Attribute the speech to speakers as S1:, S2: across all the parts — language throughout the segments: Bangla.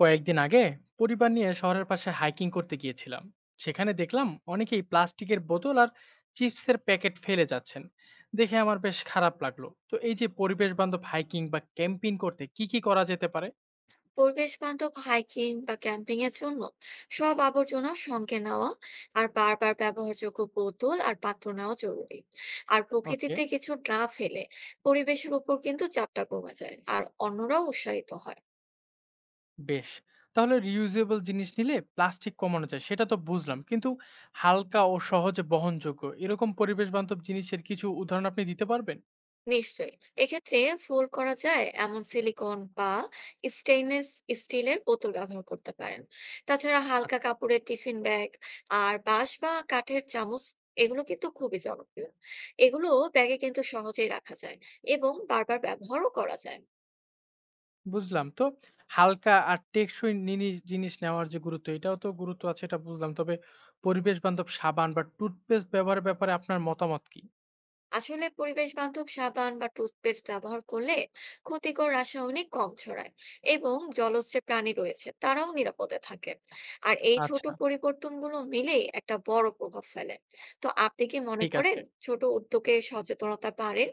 S1: কয়েকদিন আগে পরিবার নিয়ে শহরের পাশে হাইকিং করতে গিয়েছিলাম। সেখানে দেখলাম অনেকেই প্লাস্টিকের বোতল আর চিপসের প্যাকেট ফেলে যাচ্ছেন। দেখে আমার বেশ খারাপ লাগলো। তো এই যে পরিবেশ বান্ধব হাইকিং বা ক্যাম্পিং করতে কি কি করা যেতে পারে?
S2: পরিবেশ বান্ধব হাইকিং বা ক্যাম্পিং এর জন্য সব আবর্জনা সঙ্গে নেওয়া আর বারবার ব্যবহারযোগ্য বোতল আর পাত্র নেওয়া জরুরি। আর
S1: ওকে।
S2: প্রকৃতিতে কিছু না ফেলে পরিবেশের উপর কিন্তু চাপটা কমে যায় আর অন্যরাও উৎসাহিত হয়।
S1: বেশ, তাহলে রিউজেবল জিনিস নিলে প্লাস্টিক কমানো যায় সেটা তো বুঝলাম, কিন্তু হালকা ও সহজে বহনযোগ্য এরকম পরিবেশ বান্ধব জিনিসের কিছু উদাহরণ আপনি দিতে পারবেন?
S2: নিশ্চয়ই, এক্ষেত্রে ফোল্ড করা যায় এমন সিলিকন বা স্টেইনলেস স্টিলের বোতল ব্যবহার করতে পারেন। তাছাড়া হালকা
S1: আচ্ছা।
S2: কাপড়ের টিফিন ব্যাগ আর বাঁশ বা কাঠের চামচ এগুলো কিন্তু খুবই জনপ্রিয়। এগুলো ব্যাগে কিন্তু সহজেই রাখা যায় এবং বারবার ব্যবহারও করা যায়।
S1: বুঝলাম। তো হালকা আর টেকসই জিনিস নেওয়ার যে গুরুত্ব, এটাও তো গুরুত্ব আছে, এটা বুঝলাম। তবে পরিবেশ বান্ধব সাবান বা টুথপেস্ট ব্যবহারের ব্যাপারে আপনার মতামত কি?
S2: আসলে পরিবেশ বান্ধব সাবান বা টুথপেস্ট ব্যবহার করলে ক্ষতিকর রাসায়নিক কম ছড়ায় এবং জলজ যে প্রাণী রয়েছে তারাও নিরাপদে থাকে। আর এই ছোট
S1: আচ্ছা।
S2: পরিবর্তনগুলো মিলেই একটা বড় প্রভাব ফেলে। তো আপনি কি মনে
S1: ঠিক
S2: করেন
S1: আছে।
S2: ছোট উদ্যোগে সচেতনতা বাড়ে?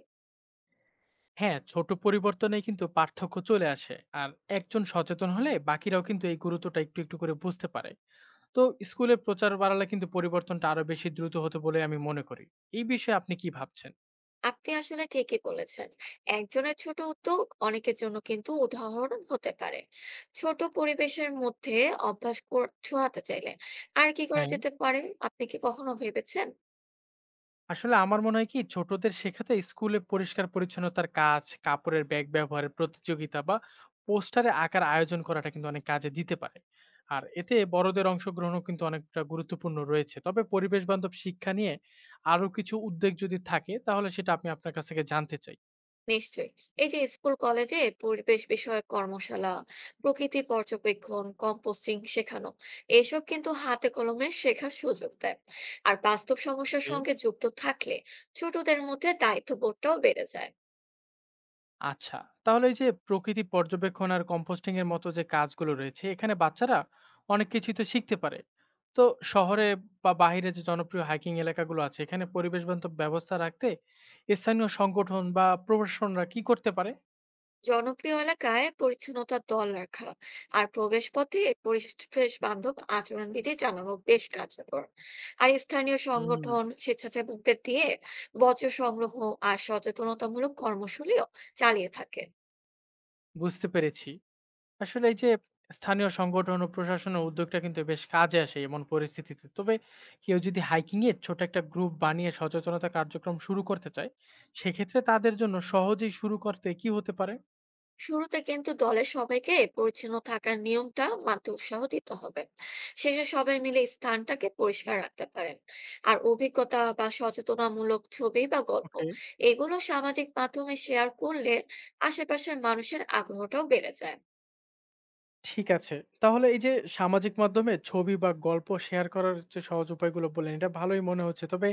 S1: হ্যাঁ, ছোট পরিবর্তনেই কিন্তু পার্থক্য চলে আসে। আর একজন সচেতন হলে বাকিরাও কিন্তু এই গুরুত্বটা একটু করে বুঝতে পারে। তো স্কুলে প্রচার বাড়ালে কিন্তু পরিবর্তনটা আরো বেশি দ্রুত হতো বলে আমি মনে করি। এই বিষয়ে আপনি কি ভাবছেন?
S2: আপনি আসলে ঠিকই বলেছেন, একজনের ছোট উদ্যোগ অনেকের জন্য কিন্তু উদাহরণ হতে পারে। ছোট পরিবেশের মধ্যে ছড়াতে চাইলে আর কি করা
S1: হ্যাঁ।
S2: যেতে পারে, আপনি কি কখনো ভেবেছেন?
S1: আসলে আমার মনে হয় কি, ছোটদের শেখাতে স্কুলে পরিষ্কার পরিচ্ছন্নতার কাজ, কাপড়ের ব্যাগ ব্যবহারের প্রতিযোগিতা বা পোস্টারে আঁকার আয়োজন করাটা কিন্তু অনেক কাজে দিতে পারে। আর এতে বড়দের অংশগ্রহণও কিন্তু অনেকটা গুরুত্বপূর্ণ রয়েছে। তবে পরিবেশ বান্ধব শিক্ষা নিয়ে আরো কিছু উদ্যোগ যদি থাকে, তাহলে সেটা আমি আপনার কাছ থেকে জানতে চাই।
S2: নিশ্চয়ই, এই যে স্কুল কলেজে পরিবেশ বিষয়ক কর্মশালা, প্রকৃতি পর্যবেক্ষণ, কম্পোস্টিং শেখানো এসব কিন্তু হাতে কলমে শেখার সুযোগ দেয়। আর বাস্তব সমস্যার
S1: ওকে।
S2: সঙ্গে যুক্ত থাকলে ছোটদের মধ্যে দায়িত্ববোধটাও বেড়ে যায়।
S1: আচ্ছা, তাহলে এই যে প্রকৃতি পর্যবেক্ষণ আর কম্পোস্টিং এর মতো যে কাজগুলো রয়েছে, এখানে বাচ্চারা অনেক কিছুই তো শিখতে পারে। তো শহরে বা বাইরে যে জনপ্রিয় হাইকিং এলাকাগুলো আছে, এখানে পরিবেশ বান্ধব ব্যবস্থা রাখতে স্থানীয় সংগঠন বা প্রশাসনরা কি করতে পারে?
S2: জনপ্রিয় এলাকায় পরিচ্ছন্নতার দল রাখা আর প্রবেশ পথে পরিবেশ বান্ধব আচরণবিধি জানানো বেশ কার্যকর। আর স্থানীয়
S1: হুম।
S2: সংগঠন স্বেচ্ছাসেবকদের দিয়ে বর্জ্য সংগ্রহ আর সচেতনতামূলক কর্মসূচিও চালিয়ে থাকে।
S1: বুঝতে পেরেছি। আসলে এই যে স্থানীয় সংগঠন ও প্রশাসনের উদ্যোগটা কিন্তু বেশ কাজে আসে এমন পরিস্থিতিতে, তবে কেউ যদি হাইকিং এর ছোট একটা গ্রুপ বানিয়ে সচেতনতা কার্যক্রম শুরু করতে চায়, সেক্ষেত্রে তাদের জন্য সহজেই শুরু করতে কি হতে পারে?
S2: শুরুতে কিন্তু দলের সবাইকে পরিচ্ছন্ন থাকার নিয়মটা মানতে উৎসাহ দিতে হবে। শেষে সবাই মিলে স্থানটাকে পরিষ্কার রাখতে পারেন। আর অভিজ্ঞতা বা সচেতনামূলক ছবি বা গল্প
S1: ওকে,
S2: এগুলো সামাজিক মাধ্যমে শেয়ার করলে আশেপাশের মানুষের আগ্রহটাও বেড়ে যায়।
S1: ঠিক আছে। তাহলে এই যে সামাজিক মাধ্যমে ছবি বা গল্প শেয়ার করার যে সহজ উপায়গুলো বললেন, এটা ভালোই মনে হচ্ছে। তবে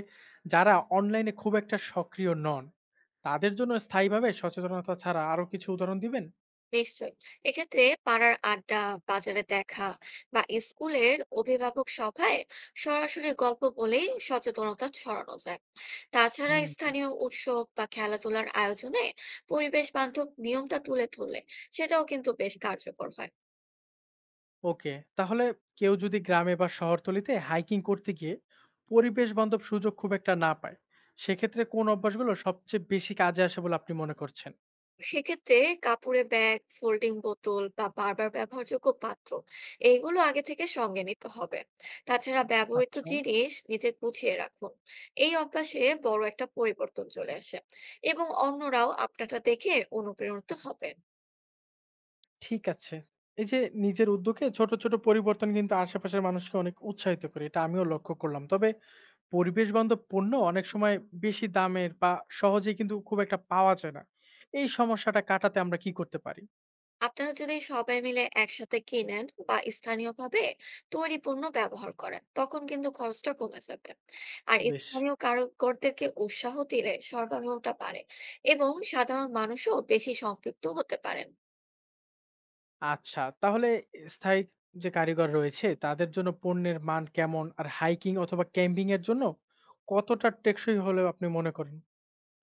S1: যারা অনলাইনে খুব একটা সক্রিয় নন, তাদের জন্য স্থায়ীভাবে সচেতনতা ছাড়া আরো কিছু উদাহরণ দিবেন?
S2: নিশ্চয়ই, এক্ষেত্রে পাড়ার আড্ডা, বাজারে দেখা, বা স্কুলের অভিভাবক সভায় সরাসরি গল্প বলেই সচেতনতা ছড়ানো যায়। তাছাড়া
S1: হুম।
S2: স্থানীয় উৎসব বা খেলাধুলার আয়োজনে পরিবেশ বান্ধব নিয়মটা তুলে ধরলে সেটাও কিন্তু বেশ কার্যকর হয়।
S1: ওকে, তাহলে কেউ যদি গ্রামে বা শহরতলিতে হাইকিং করতে গিয়ে পরিবেশ বান্ধব সুযোগ খুব একটা না পায়, সেক্ষেত্রে কোন অভ্যাসগুলো সবচেয়ে বেশি কাজে আসে বলে আপনি মনে করছেন?
S2: সেক্ষেত্রে কাপড়ের ব্যাগ, ফোল্ডিং বোতল বা বারবার ব্যবহারযোগ্য পাত্র এইগুলো আগে থেকে সঙ্গে নিতে হবে। তাছাড়া ব্যবহৃত
S1: আচ্ছা।
S2: জিনিস নিজে গুছিয়ে রাখুন। এই অভ্যাসে বড় একটা পরিবর্তন চলে আসে এবং অন্যরাও আপনারটা দেখে অনুপ্রাণিত হবে।
S1: ঠিক আছে। এই যে নিজের উদ্যোগে ছোট পরিবর্তন কিন্তু আশেপাশের মানুষকে অনেক উৎসাহিত করে, এটা আমিও লক্ষ্য করলাম। তবে পরিবেশ বান্ধব পণ্য অনেক সময় বেশি দামের বা সহজেই কিন্তু খুব একটা পাওয়া যায় না। এই সমস্যাটা কাটাতে আমরা কি করতে পারি?
S2: আপনারা যদি সবাই মিলে একসাথে কিনেন বা স্থানীয়ভাবে তৈরি পণ্য ব্যবহার করেন তখন কিন্তু খরচটা কমে যাবে। আর
S1: বেশ।
S2: স্থানীয় কারিগরদেরকে উৎসাহ দিলে সরবরাহটা বাড়ে এবং সাধারণ মানুষও বেশি সম্পৃক্ত হতে পারেন।
S1: আচ্ছা, তাহলে স্থায়ী যে কারিগর রয়েছে তাদের জন্য পণ্যের মান কেমন? আর হাইকিং অথবা ক্যাম্পিং এর জন্য কতটা টেকসই হলেও আপনি মনে করেন?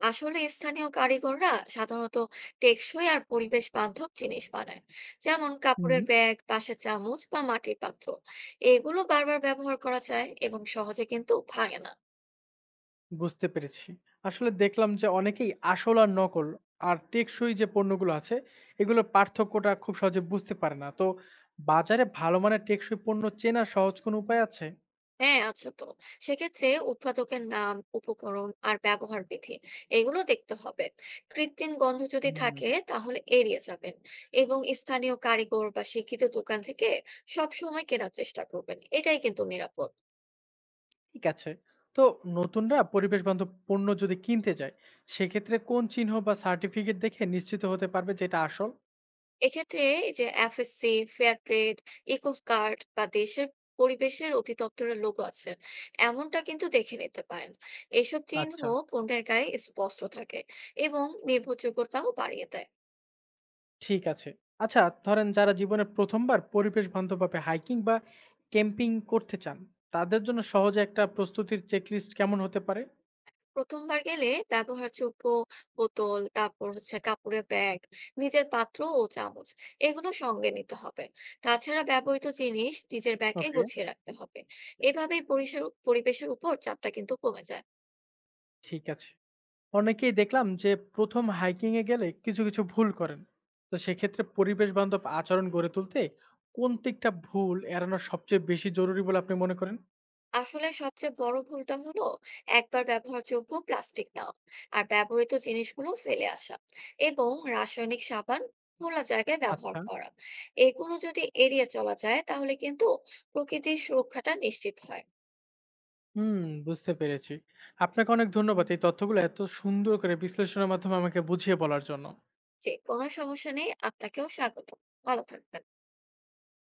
S2: আসলে স্থানীয় কারিগররা সাধারণত টেকসই আর পরিবেশ বান্ধব জিনিস বানায়, যেমন কাপড়ের ব্যাগ, বাঁশের চামচ বা মাটির পাত্র। এগুলো বারবার ব্যবহার করা যায় এবং সহজে কিন্তু ভাঙে না।
S1: বুঝতে পেরেছি। আসলে দেখলাম যে অনেকেই আসল আর নকল আর টেকসই যে পণ্যগুলো আছে এগুলোর পার্থক্যটা খুব সহজে বুঝতে পারে না। তো বাজারে ভালো মানের টেকসই পণ্য চেনার সহজ কোনো উপায় আছে?
S2: হ্যাঁ আছে তো। সেক্ষেত্রে উৎপাদকের নাম, উপকরণ আর ব্যবহার বিধি এগুলো দেখতে হবে। কৃত্রিম গন্ধ যদি থাকে
S1: হুম।
S2: তাহলে এড়িয়ে যাবেন। এবং স্থানীয় কারিগর বা শিক্ষিত দোকান থেকে সব সময় কেনার চেষ্টা করবেন, এটাই কিন্তু নিরাপদ।
S1: ঠিক আছে। তো নতুনরা পরিবেশ বান্ধব পণ্য যদি কিনতে যায়, সেক্ষেত্রে কোন চিহ্ন বা সার্টিফিকেট দেখে নিশ্চিত হতে পারবে যে এটা আসল?
S2: এক্ষেত্রে এই যে FSC, ফেয়ার ট্রেড, ইকোকার্ট বা দেশের পরিবেশের অধিদপ্তরের লোগো আছে এমনটা কিন্তু দেখে নিতে পারেন। এইসব চিহ্ন
S1: আচ্ছা।
S2: পণ্যের গায়ে স্পষ্ট থাকে এবং নির্ভরযোগ্যতাও বাড়িয়ে দেয়।
S1: ঠিক আছে। আচ্ছা, ধরেন যারা জীবনে ১ম বার পরিবেশ বান্ধবভাবে হাইকিং বা ক্যাম্পিং করতে চান, তাদের জন্য সহজে একটা প্রস্তুতির চেকলিস্ট কেমন হতে পারে?
S2: প্রথমবার গেলে ব্যবহারযোগ্য বোতল, তারপর হচ্ছে কাপড়ের ব্যাগ, নিজের পাত্র ও চামচ এগুলো সঙ্গে নিতে হবে। তাছাড়া ব্যবহৃত জিনিস নিজের ব্যাগে
S1: ওকে।
S2: গুছিয়ে রাখতে হবে। এভাবেই পরিসের পরিবেশের উপর চাপটা কিন্তু কমে যায়।
S1: ঠিক আছে। অনেকেই দেখলাম যে ১ম হাইকিং এ গেলে কিছু ভুল করেন। তো সেক্ষেত্রে পরিবেশ বান্ধব আচরণ গড়ে তুলতে কোন দিকটা ভুল এড়ানো সবচেয়ে বেশি জরুরি বলে আপনি মনে করেন?
S2: আসলে সবচেয়ে বড় ভুলটা হলো একবার ব্যবহারযোগ্য প্লাস্টিক নেওয়া আর ব্যবহৃত জিনিসগুলো ফেলে আসা এবং রাসায়নিক সাবান খোলা জায়গায় ব্যবহার
S1: আচ্ছা।
S2: করা। এগুলো যদি এড়িয়ে চলা যায় তাহলে কিন্তু প্রকৃতির সুরক্ষাটা নিশ্চিত হয়।
S1: হুম, বুঝতে পেরেছি। আপনাকে অনেক ধন্যবাদ এই তথ্যগুলো এত সুন্দর করে বিশ্লেষণের মাধ্যমে আমাকে বুঝিয়ে বলার জন্য।
S2: জি, কোনো সমস্যা নেই। আপনাকেও স্বাগতম। ভালো থাকবেন।